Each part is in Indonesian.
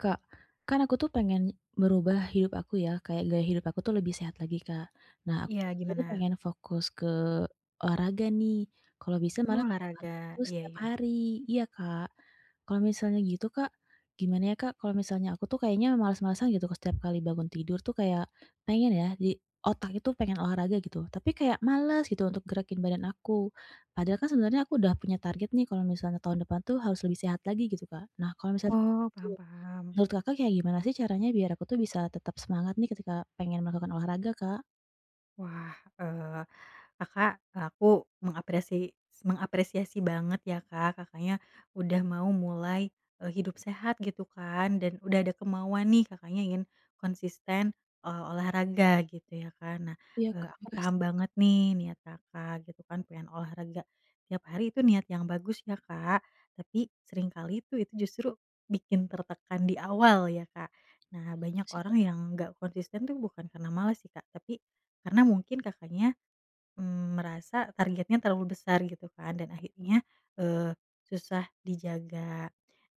Kak, kan aku tuh pengen merubah hidup aku ya, kayak gaya hidup aku tuh lebih sehat lagi, Kak. Nah, aku tuh Iya, sebenarnya gimana? pengen fokus ke olahraga nih. Kalau bisa Oh, malah olahraga itu olahraga. Iya, setiap iya. hari. Iya, Kak. Kalau misalnya gitu, Kak, gimana ya, Kak? Kalau misalnya aku tuh kayaknya malas-malasan gitu setiap kali bangun tidur tuh kayak pengen ya di otak itu pengen olahraga gitu, tapi kayak males gitu untuk gerakin badan aku. Padahal kan sebenarnya aku udah punya target nih kalau misalnya tahun depan tuh harus lebih sehat lagi gitu, Kak. Nah, kalau misalnya Oh, paham, gitu, paham. menurut Kakak kayak gimana sih caranya biar aku tuh bisa tetap semangat nih ketika pengen melakukan olahraga, Kak? Wah, Kakak, aku mengapresiasi mengapresiasi banget ya Kak, Kakaknya udah mau mulai, hidup sehat gitu kan, dan udah ada kemauan nih Kakaknya ingin konsisten, olahraga gitu ya kan. Nah, Iya, Kak, aku makasih, paham banget nih niat Kakak gitu kan, pengen olahraga tiap hari itu niat yang bagus ya Kak, tapi seringkali tuh itu justru bikin tertekan di awal ya Kak. Nah, banyak makasih, orang Kak. yang nggak konsisten tuh bukan karena malas sih Kak, tapi karena mungkin Kakaknya, merasa targetnya terlalu besar gitu kan dan akhirnya, eee, susah dijaga.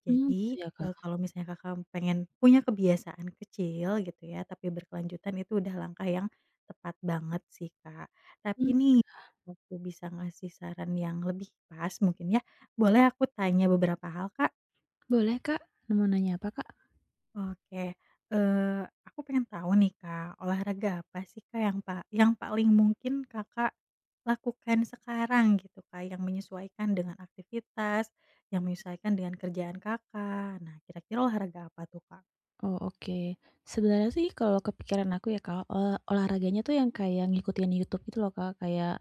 Gitu Jadi, ya, Kak. Kalau misalnya Kakak pengen punya kebiasaan kecil gitu ya, tapi berkelanjutan itu udah langkah yang tepat banget sih, Kak. Tapi Mmm, nih, aku bisa ngasih saran yang lebih pas mungkin ya, boleh aku tanya beberapa hal, Kak? boleh Kak? Nah, mau nanya apa, Kak? Oke, eee, aku pengen tahu nih, Kak, olahraga apa sih, Kak, yang paling mungkin Kakak lakukan sekarang gitu, Kak, yang menyesuaikan dengan aktivitas, yang menyesuaikan dengan kerjaan Kakak. Nah, kira-kira olahraga apa tuh, Kak? Oh, oke. Sebenarnya sih kalau kepikiran aku ya, Kak, olahraganya tuh yang kayak ngikutin YouTube gitu loh, Kak. Kayak,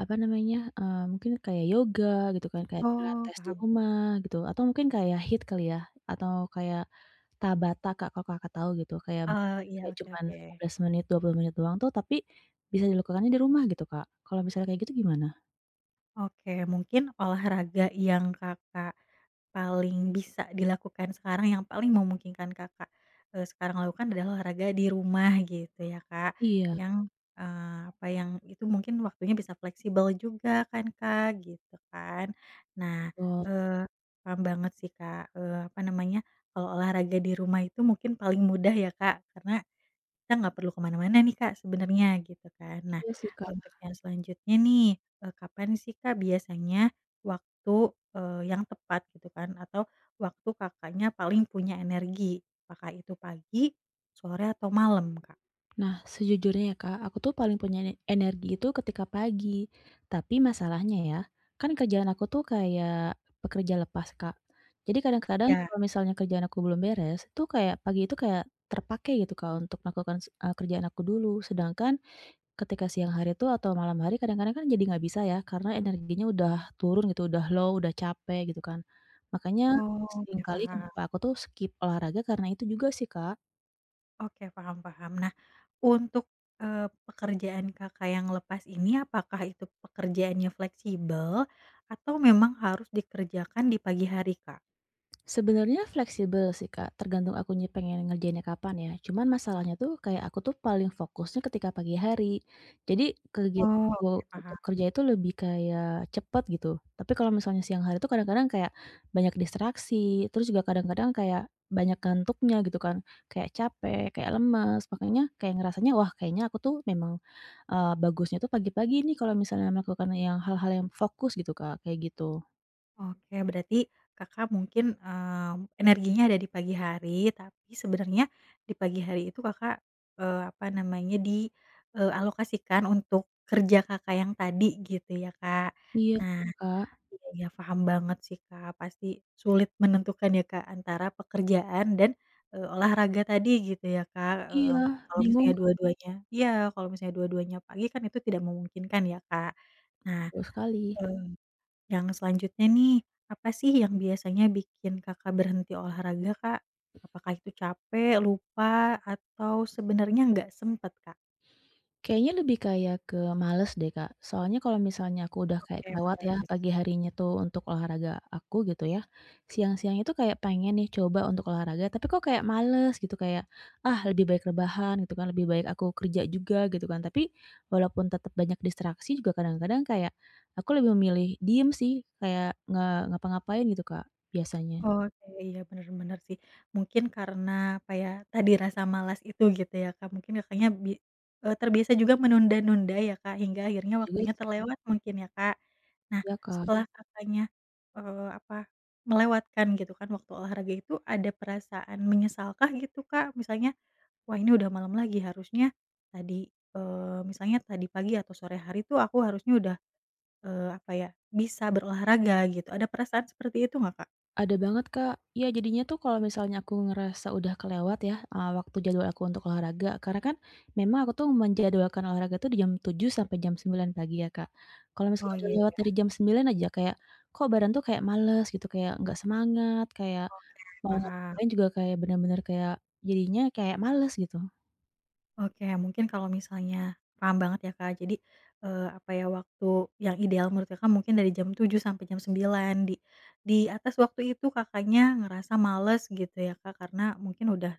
apa namanya, mungkin kayak yoga gitu kan, kayak Oh, pilates di paham. rumah gitu, atau mungkin kayak hit kali ya, atau kayak Tabata, Kak, kalau Kakak tahu gitu. Kayak Iya, kayak oke, cuman oke. 15 menit, 20 menit doang tuh, tapi bisa dilakukannya di rumah gitu, Kak. Kalau misalnya kayak gitu gimana? Oke, mungkin olahraga yang Kakak paling bisa dilakukan sekarang, yang paling memungkinkan Kakak, sekarang lakukan adalah olahraga di rumah gitu ya, Kak. Iya, Yang, yang itu mungkin waktunya bisa fleksibel juga kan, Kak, gitu kan. Nah, betul. eee, paham banget sih, Kak, apa namanya, kalau olahraga di rumah itu mungkin paling mudah ya, Kak, karena kita nggak perlu kemana mana-mana nih, Kak, sebenarnya gitu kan. Nah, Iya sih, Kak. untuk yang selanjutnya nih, kapan sih, Kak, biasanya waktu, yang tepat gitu kan atau waktu Kakaknya paling punya energi? Apakah itu pagi, sore, atau malam, Kak? Nah, sejujurnya ya Kak, aku tuh paling punya energi itu ketika pagi. Tapi masalahnya ya, kan kerjaan aku tuh kayak pekerja lepas, Kak. Jadi kadang-kadang Iya. kalau misalnya kerjaan aku belum beres, itu kayak pagi itu kayak terpakai gitu, Kak, untuk melakukan kerjaan aku dulu. Sedangkan ketika siang hari tuh atau malam hari kadang-kadang kan jadi nggak bisa ya, karena energinya udah turun gitu, udah low, udah capek gitu kan. Makanya Oke, seringkali paham kenapa aku tuh skip olahraga karena itu juga sih, Kak. oke, paham, paham. Nah, untuk, eee, pekerjaan Kakak yang lepas ini apakah itu pekerjaannya fleksibel atau memang harus dikerjakan di pagi hari, Kak? Sebenarnya fleksibel sih, Kak, tergantung akunya pengen ngerjainnya kapan ya. Cuman masalahnya tuh kayak aku tuh paling fokusnya ketika pagi hari. Jadi kegiatan Oh, oke, aku untuk paham. kerja itu lebih kayak cepet gitu. Tapi kalau misalnya siang hari tuh kadang-kadang kayak banyak distraksi, terus juga kadang-kadang kayak banyak ngantuknya gitu kan. Kayak capek, kayak lemes, makanya kayak ngerasanya wah kayaknya aku tuh bagusnya tuh pagi-pagi nih kalau misalnya melakukan yang hal-hal yang fokus gitu, Kak, kayak gitu. Oke, berarti Kakak mungkin, energinya ada di pagi hari, tapi sebenarnya di pagi hari itu Kakak, eee, apa namanya, di, alokasikan untuk kerja Kakak yang tadi gitu ya, Kak. Iya Nah, betul, Kak. iya, iya, paham banget sih, Kak, pasti sulit menentukan ya, Kak, antara pekerjaan dan, olahraga tadi gitu ya, Kak, Iya, kalau bingung. misalnya dua-duanya iya, kalau misalnya dua-duanya pagi kan itu tidak memungkinkan ya, Kak. Nah, Betul sekali. yang selanjutnya nih, apa sih yang biasanya bikin Kakak berhenti olahraga, Kak? Apakah itu capek, lupa, atau sebenarnya nggak sempet, Kak? Kayaknya lebih kayak ke males deh, Kak. Soalnya kalau misalnya aku udah kayak Oke, kelewat ya males. pagi harinya tuh untuk olahraga aku gitu ya, siang-siang itu kayak pengen nih coba untuk olahraga, tapi kok kayak males gitu, kayak, "Ah, lebih baik rebahan," gitu kan, "lebih baik aku kerja juga," gitu kan. Tapi walaupun tetap banyak distraksi juga kadang-kadang kayak aku lebih memilih diem sih, kayak nggak ngapa-ngapain gitu, Kak, biasanya. Oke, iya, bener bener sih. Mungkin karena apa ya, tadi rasa malas itu gitu ya, Kak. Mungkin Kakaknya terbiasa juga menunda-nunda ya, Kak, hingga akhirnya Iya juga waktunya sih, terlewat mungkin ya, Kak. Nah, ya Kak. setelah Mmm. Kakaknya, eee, apa, melewatkan gitu kan waktu olahraga itu, ada perasaan menyesalkah gitu, Kak? Misalnya, "Wah, ini udah malam lagi, harusnya tadi, misalnya tadi pagi atau sore hari tuh aku harusnya udah, bisa berolahraga gitu." Ada perasaan seperti itu nggak, Kak? Ada banget, Kak. Ya, jadinya tuh kalau misalnya aku ngerasa udah kelewat ya, waktu jadwal aku untuk olahraga, karena kan memang aku tuh menjadwalkan olahraga tuh di jam 7 sampai jam 9 pagi ya, Kak. Kalau misalnya Oh, udah iya, lewat dari iya, jam 9 aja kayak, kok badan tuh kayak males gitu, kayak nggak semangat, kayak mau paham. ngapain juga kayak bener-bener kayak jadinya kayak males gitu. Oke mungkin kalau misalnya Paham banget ya, Kak. Jadi, waktu yang ideal menurut Kakak mungkin dari jam tujuh sampai jam sembilan, di atas waktu itu Kakaknya ngerasa males gitu ya, Kak, karena mungkin udah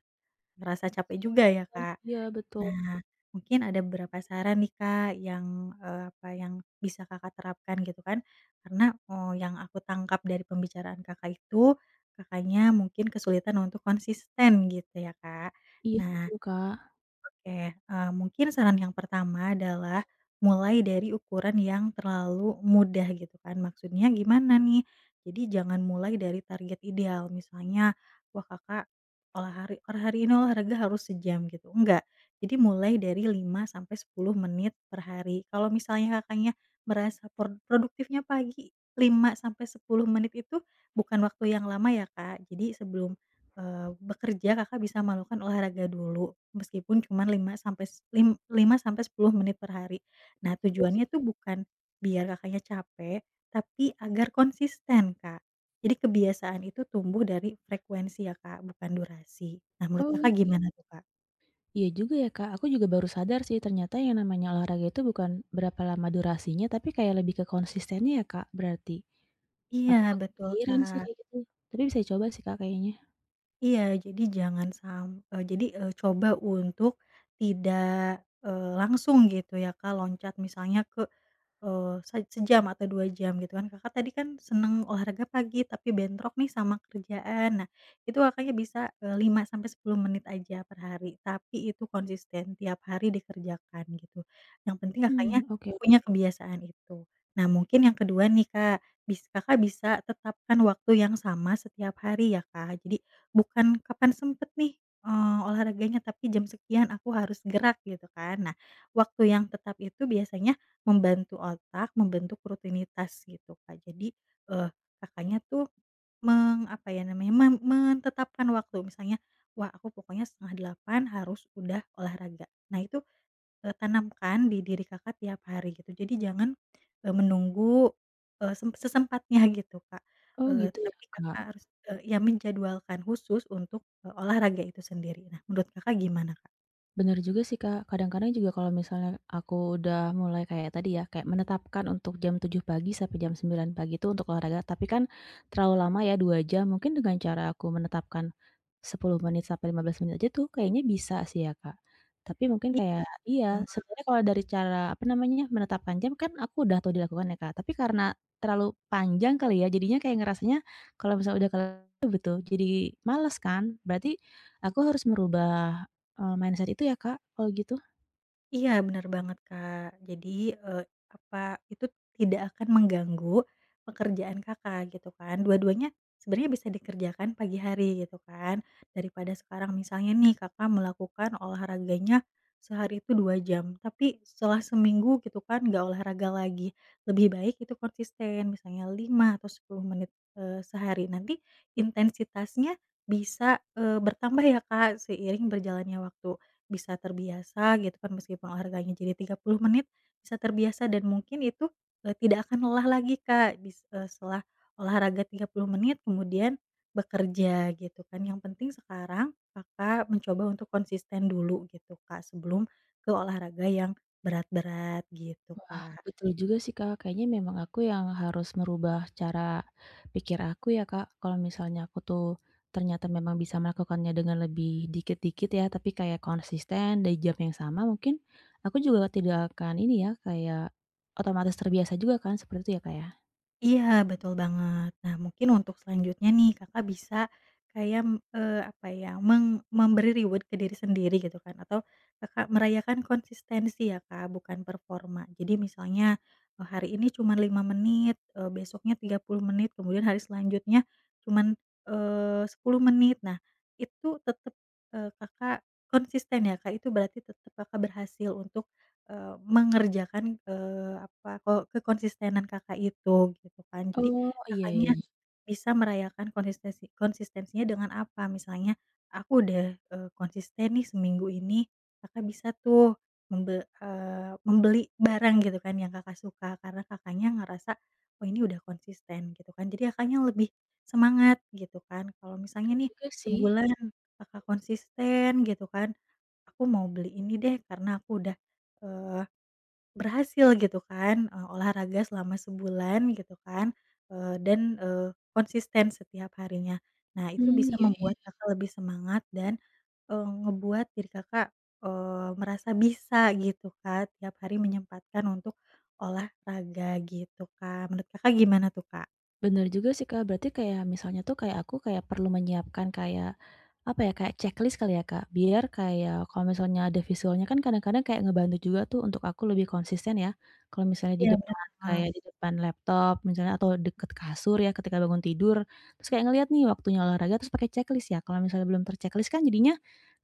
ngerasa capek juga ya, Oh, Kak? iya, betul. Nah, mungkin ada beberapa saran nih Kak, yang, yang bisa Kakak terapkan gitu kan. Karena, oh, yang aku tangkap dari pembicaraan Kakak itu, Kakaknya mungkin kesulitan untuk konsisten gitu ya Kak. Iya, Nah, betul, Kak. oke, mungkin saran yang pertama adalah mulai dari ukuran yang terlalu mudah gitu kan. Maksudnya gimana nih? Jadi jangan mulai dari target ideal, misalnya, "Wah, Kakak olah hari per hari ini olahraga harus sejam," gitu, enggak. Jadi mulai dari 5 sampai 10 menit per hari. Kalau misalnya Kakaknya merasa produktifnya pagi, 5 sampai 10 menit itu bukan waktu yang lama ya, Kak. Jadi sebelum bekerja, Kakak bisa melakukan olahraga dulu, meskipun cuma 5 sampai s lim 5 sampai 10 menit per hari. Iya Nah, juga sih. tujuannya tuh bukan biar Kakaknya capek, tapi agar konsisten Kak. Jadi kebiasaan itu tumbuh dari frekuensi ya Kak, bukan durasi. Nah, menurut Kakak Oh. gimana tuh Kak? Iya juga ya, Kak, aku juga baru sadar sih ternyata yang namanya olahraga itu bukan berapa lama durasinya, tapi kayak lebih ke konsistennya ya, Kak, berarti? Iya, Aku nggak betul kepikiran sih Kak. kayak gitu, tapi bisa coba sih, Kak, kayaknya. Iya jadi jangan sam Jadi, coba untuk tidak, langsung gitu ya Kak loncat misalnya ke Eee, se sejam atau 2 jam gitu kan. Kakak tadi kan seneng olahraga pagi tapi bentrok nih sama kerjaan. Nah, itu Kakaknya bisa, 5 sampai 10 menit aja per hari, tapi itu konsisten tiap hari dikerjakan gitu. Yang penting Kakaknya Hmm, oke. punya kebiasaan itu. Nah, mungkin yang kedua nih, Kak, Kakak bisa tetapkan waktu yang sama setiap hari ya, Kak. Jadi bukan kapan sempet nih, olahraganya, tapi jam sekian aku harus gerak gitu kan. Nah, waktu yang tetap itu biasanya membantu otak membentuk rutinitas gitu, Kak. Jadi, eee, Kakaknya tuh meng apa ya namanya, mem menetapkan waktu misalnya, "Wah, aku pokoknya setengah delapan harus udah olahraga." Nah itu, tanamkan di diri Kakak tiap hari gitu. Jadi jangan, menunggu, eee, sem sesempatnya gitu, Kak. Oh, gitu ya, Tapi Kakak Kak. harus, ya menjadwalkan khusus untuk, olahraga itu sendiri. Nah, menurut Kakak gimana, Kak? Bener juga sih, Kak. Kadang-kadang juga kalau misalnya aku udah mulai kayak tadi ya, kayak menetapkan untuk jam 7 pagi sampai jam 9 pagi itu untuk olahraga, tapi kan terlalu lama ya 2 jam. Mungkin dengan cara aku menetapkan 10 menit sampai 15 menit aja tuh kayaknya bisa sih ya, Kak. Tapi mungkin kayak iya, Iya. sebenarnya kalau dari cara, apa namanya, menetapkan jam kan aku udah tahu dilakukan ya, Kak. Tapi karena terlalu panjang kali ya, jadinya kayak ngerasanya kalau misalnya udah kelewat tuh, jadi males kan. Berarti aku harus merubah mindset itu ya, Kak, kalau gitu? Iya, benar banget, Kak. Jadi, eee, apa, itu tidak akan mengganggu pekerjaan Kakak gitu kan. Dua-duanya sebenarnya bisa dikerjakan pagi hari gitu kan. Daripada sekarang misalnya nih Kakak melakukan olahraganya sehari itu 2 jam, tapi setelah seminggu gitu kan nggak olahraga lagi. Lebih baik itu konsisten misalnya 5 atau 10 menit, sehari. Nanti intensitasnya bisa, bertambah ya, Kak, seiring berjalannya waktu bisa terbiasa gitu kan meskipun olahraganya jadi 30 menit, bisa terbiasa dan mungkin itu, tidak akan lelah lagi Kak setelah olahraga 30 menit kemudian bekerja gitu kan. Yang penting sekarang Kakak mencoba untuk konsisten dulu gitu Kak sebelum ke olahraga yang berat-berat gitu Kak. Betul juga sih, Kak, kayaknya memang aku yang harus merubah cara pikir aku ya, Kak. Kalau misalnya aku tuh ternyata memang bisa melakukannya dengan lebih dikit-dikit ya, tapi kayak konsisten dari jam yang sama mungkin aku juga tidak akan ini ya, kayak otomatis terbiasa juga kan, seperti itu ya, Kak, ya? Iya, betul banget. Nah, mungkin untuk selanjutnya nih, Kakak bisa kayak, eee, apa ya, meng memberi reward ke diri sendiri gitu kan, atau Kakak merayakan konsistensi ya, Kak, bukan performa. Jadi misalnya, hari ini cuma 5 menit, besoknya 30 menit, kemudian hari selanjutnya cuman, 10 menit. Nah, itu tetap Kakak konsisten ya, Kak, itu berarti tetap Kakak berhasil untuk mengerjakan, eee, apa, ko kekonsistenan Kakak itu, gitu kan. Jadi Oh, iya, Kakaknya iya. bisa merayakan konsistensinya dengan apa, misalnya, "Aku udah, konsisten nih seminggu ini." Kakak bisa tuh membeli barang gitu kan yang Kakak suka, karena Kakaknya ngerasa, "Oh, ini udah konsisten," gitu kan. Jadi Kakaknya lebih semangat gitu kan. Kalau misalnya Betul nih juga sih. sebulan Kakak konsisten gitu kan, "Aku mau beli ini deh karena aku udah, eh, berhasil gitu kan, olahraga selama sebulan gitu kan, dan, konsisten setiap harinya." Nah, itu Mmm. bisa Iya. Mmm. membuat Iya. Kakak lebih semangat dan, ngebuat diri Kakak, merasa bisa gitu Kak, tiap hari menyempatkan untuk olahraga gitu Kak. Menurut Kakak gimana tuh Kak? Bener juga sih, Kak. Berarti kayak misalnya tuh kayak aku kayak perlu menyiapkan kayak, apa ya, kayak checklist kali ya, Kak? Biar kayak kalau misalnya ada visualnya kan kadang-kadang kayak ngebantu juga tuh untuk aku lebih konsisten ya. Kalau misalnya di Iya, bener depan banget. kayak di depan laptop misalnya atau deket kasur ya ketika bangun tidur, terus kayak ngelihat nih waktunya olahraga terus pakai checklist ya. Kalau misalnya belum terchecklist kan jadinya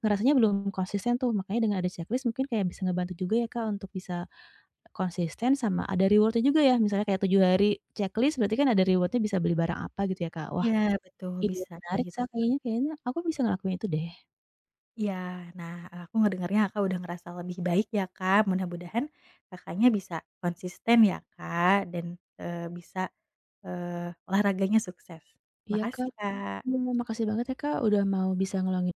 ngerasanya belum konsisten tuh. Makanya dengan ada checklist mungkin kayak bisa ngebantu juga ya, Kak, untuk bisa konsisten sama ada reward-nya juga ya, misalnya kayak 7 hari checklist berarti kan ada reward-nya bisa beli barang apa gitu ya, Kak. Wah, Iya, betul, ide bisa yang kayak menarik. gitu. Sa kayaknya kayaknya aku bisa ngelakuin itu deh. Iya. Nah, aku ngedengarnya Kakak udah ngerasa lebih baik ya, Kak. Mudah-mudahan Kakaknya bisa konsisten ya, Kak, dan, bisa, olahraganya sukses. Iya, Kak. Makasih, Kak. Makasih banget ya, Kak, udah mau bisa ngeluangin